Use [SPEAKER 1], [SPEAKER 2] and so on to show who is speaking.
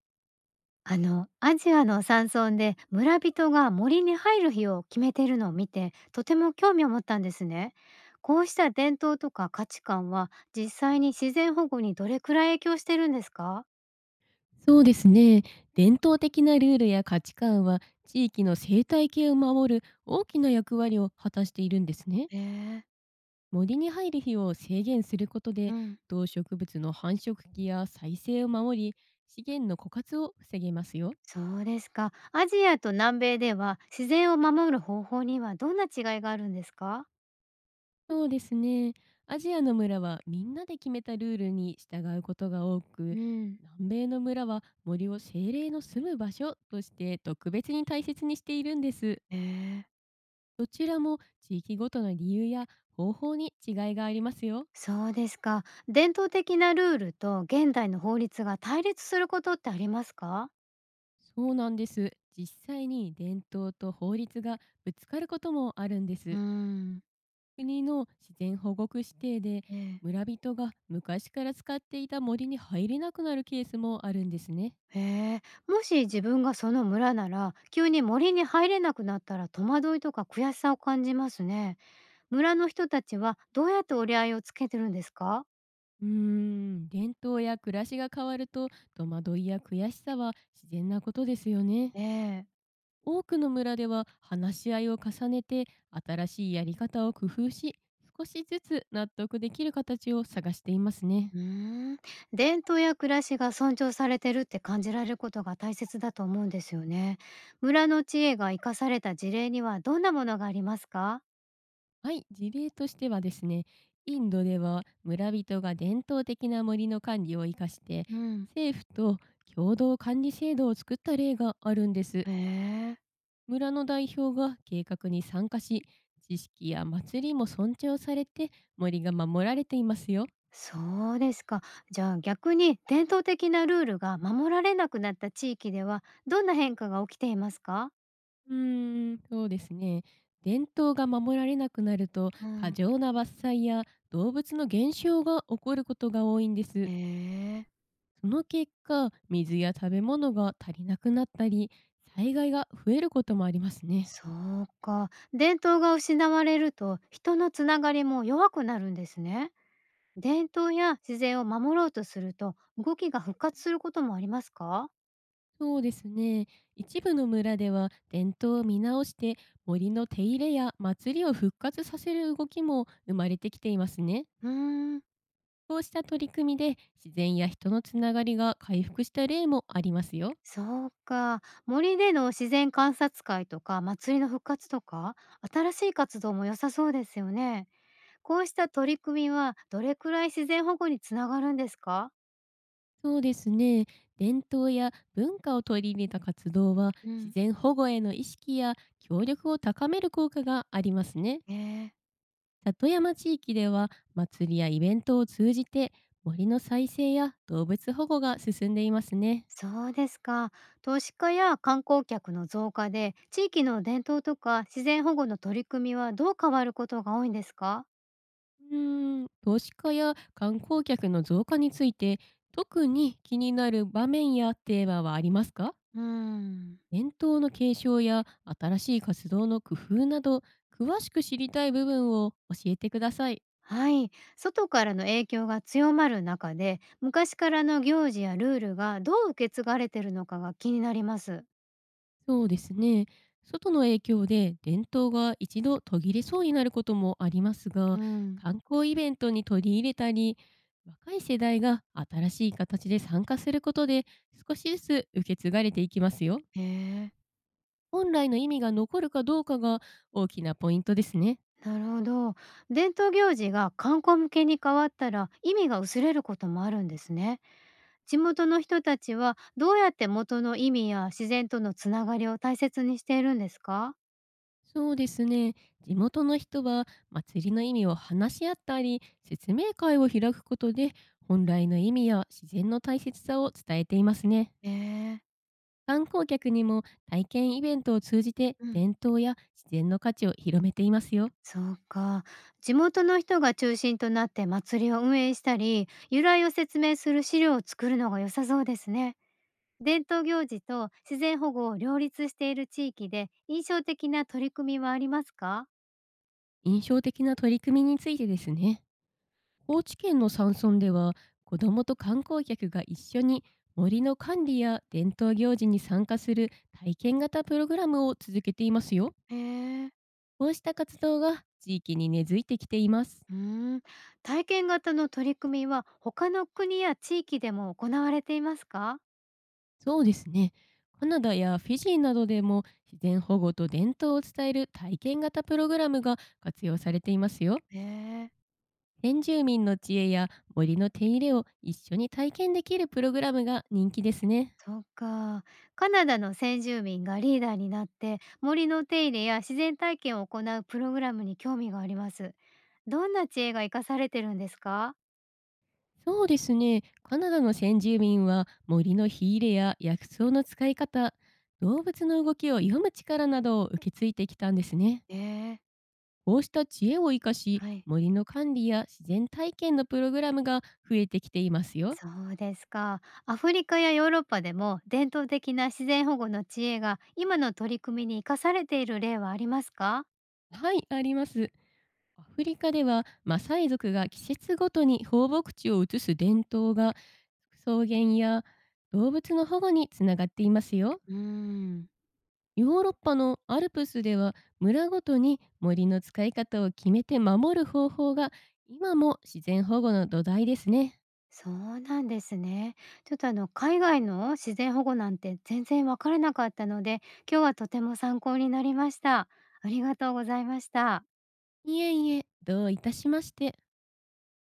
[SPEAKER 1] アジアの山村で村人が森に入る日を決めているのを見て、とても興味を持ったんですね。こうした伝統とか価値観は実際に自然保護にどれくらい影響してるんですか？
[SPEAKER 2] そうですね。伝統的なルールや価値観は地域の生態系を守る大きな役割を果たしているんですね。
[SPEAKER 1] へえ。
[SPEAKER 2] 森に入る日を制限することで、
[SPEAKER 1] うん。
[SPEAKER 2] 動植物の繁殖期や再生を守り、資源の枯渇を防げますよ。
[SPEAKER 1] そうですか。アジアと南米では自然を守る方法にはどんな違いがあるんですか？
[SPEAKER 2] そうですね。アジアの村はみんなで決めたルールに従うことが多く、
[SPEAKER 1] うん。
[SPEAKER 2] 南米の村は森を精霊の住む場所として特別に大切にしているんです。
[SPEAKER 1] へえ。
[SPEAKER 2] どちらも地域ごとの理由や方法に違いがありますよ。
[SPEAKER 1] そうですか。伝統的なルールと現代の法律が対立することってありますか？
[SPEAKER 2] そうなんです。実際に伝統と法律がぶつかることもあるんで
[SPEAKER 1] う
[SPEAKER 2] す。
[SPEAKER 1] ん。
[SPEAKER 2] 国の自然保護区指定で、
[SPEAKER 1] ええ。
[SPEAKER 2] 村人が昔から使っていた森に入れなくなるケースもあるんですね。
[SPEAKER 1] へえ、もし自分がその村なら、急に森に入れなくなったら戸惑いとか悔しさを感じますね。村の人たちはどうやって折り合いをつけてるんですか？
[SPEAKER 2] うーん、伝統や暮らしが変わると、戸惑いや悔しさは自然なことですよね。
[SPEAKER 1] ええ。
[SPEAKER 2] 多くの村では話し合いを重ねて、新しいやり方を工夫し、少しずつ納得できる形を探していますね。
[SPEAKER 1] うーん、伝統や暮らしが尊重されてるって感じられることが大切だと思うんですよね。村の知恵が生かされた事例にはどんなものがありますか？
[SPEAKER 2] はい、事例としてはですね、インドでは村人が伝統的な森の管理を生かして、
[SPEAKER 1] うん。
[SPEAKER 2] 政府と共同管理制度を作った例があるんです。
[SPEAKER 1] へえ。
[SPEAKER 2] 村の代表が計画に参加し、知識や祭りも尊重されて、森が守られていますよ。
[SPEAKER 1] そうですか。じゃあ逆に伝統的なルールが守られなくなった地域ではどんな変化が起きていますか？
[SPEAKER 2] うーん、そうですね。伝統が守られなくなると、
[SPEAKER 1] う
[SPEAKER 2] 過
[SPEAKER 1] ん、
[SPEAKER 2] 剰な伐採や動物の減少が起こることが多いんです。
[SPEAKER 1] ええ。
[SPEAKER 2] その結果、水や食べ物が足りなくなったり、災害が増えることもありますね。
[SPEAKER 1] そうか。伝統が失われると人のつながりも弱くなるんですね。伝統や自然を守ろうとすると動きが復活することもありますか？
[SPEAKER 2] そうですね。一部の村では伝統を見直して、森の手入れや祭りを復活させる動きも生まれてきていますね。
[SPEAKER 1] うーん。
[SPEAKER 2] こうした取り組みで、自然や人のつながりが回復した例もありますよ。
[SPEAKER 1] そうか。森での自然観察会とか祭りの復活とか、新しい活動も良さそうですよね。こうした取り組みはどれくらい自然保護につながるんですか？
[SPEAKER 2] そうですね。伝統や文化を取り入れた活動は、
[SPEAKER 1] う
[SPEAKER 2] 自
[SPEAKER 1] ん、
[SPEAKER 2] 然保護への意識や協力を高める効果がありますね。
[SPEAKER 1] ええ。
[SPEAKER 2] 里山地域では、祭りやイベントを通じて、森の再生や動物保護が進んでいますね。
[SPEAKER 1] そうですか。投資家や観光客の増加で地域の伝統とか自然保護の取り組みはどう変わることが多いんですか？
[SPEAKER 2] うーん、投資家や観光客の増加について、特に気になる場面やテーマはありますか？
[SPEAKER 1] うん、
[SPEAKER 2] 伝統の継承や新しい活動の工夫など、詳しく知りたい部分を教えてください。
[SPEAKER 1] はい。外からの影響が強まる中で昔からの行事やルールがどう受け継がれてるのかが気になります。
[SPEAKER 2] そうですね。外の影響で伝統が一度途切れそうになることもありますが、
[SPEAKER 1] うん。
[SPEAKER 2] 観光イベントに取り入れたり、若い世代が新しい形で参加することで、少しずつ受け継がれていきますよ。
[SPEAKER 1] へえ。
[SPEAKER 2] 本来の意味が残るかどうかが大きなポイントですね。
[SPEAKER 1] なるほど。伝統行事が観光向けに変わったら意味が薄れることもあるんですね。地元の人たちはどうやって元の意味や自然とのつながりを大切にしているんですか？
[SPEAKER 2] そうですね。地元の人は祭りの意味を話し合ったり、説明会を開くことで、本来の意味や自然の大切さを伝えていますね。
[SPEAKER 1] ええ。
[SPEAKER 2] 観光客にも、体験イベントを通じて
[SPEAKER 1] うん、
[SPEAKER 2] 伝統や自然の価値を広めていますよ。
[SPEAKER 1] そうか。地元の人が中心となって祭りを運営したり、由来を説明する資料を作るのが良さそうですね。伝統行事と自然保護を両立している地域で印象的な取り組みはありますか？
[SPEAKER 2] 印象的な取り組みについてですね。高知県の山村では、子どもと観光客が一緒に森の管理や伝統行事に参加する体験型プログラムを続けていますよ。
[SPEAKER 1] へえ。
[SPEAKER 2] こうした活動が地域に根付いてきています。
[SPEAKER 1] うーん、体験型の取り組みは他の国や地域でも行われていますか？
[SPEAKER 2] そうですね。カナダやフィジーなどでも、自然保護と伝統を伝える体験型プログラムが活用されていますよ。
[SPEAKER 1] へえ。
[SPEAKER 2] 先住民の知恵や森の手入れを一緒に体験できるプログラムが人気ですね。
[SPEAKER 1] そうか。カナダの先住民がリーダーになって森の手入れや自然体験を行うプログラムに興味があります。どんな知恵が生かされてるんですか？
[SPEAKER 2] そうですね。カナダの先住民は森の火入れや薬草の使い方、動物の動きを読む力などを受け継いできたんですね。
[SPEAKER 1] へえ。
[SPEAKER 2] こうした知恵を生かし、
[SPEAKER 1] はい。
[SPEAKER 2] 森の管理や自然体験のプログラムが増えてきていますよ。
[SPEAKER 1] そうですか。アフリカやヨーロッパでも伝統的な自然保護の知恵が今の取り組みに生かされている例はありますか？
[SPEAKER 2] はい、あります。アフリカではマサイ族が季節ごとに放牧地を移す伝統が、草原や動物の保護につながっていますよ。
[SPEAKER 1] うーん。
[SPEAKER 2] ヨーロッパのアルプスでは、村ごとに森の使い方を決めて守る方法が今も自然保護の土台ですね。
[SPEAKER 1] そうなんですね。ちょっと海外の自然保護なんて全然わからなかったので、今日はとても参考になりました。ありがとうございました。
[SPEAKER 2] いえいえ、どういたしまして。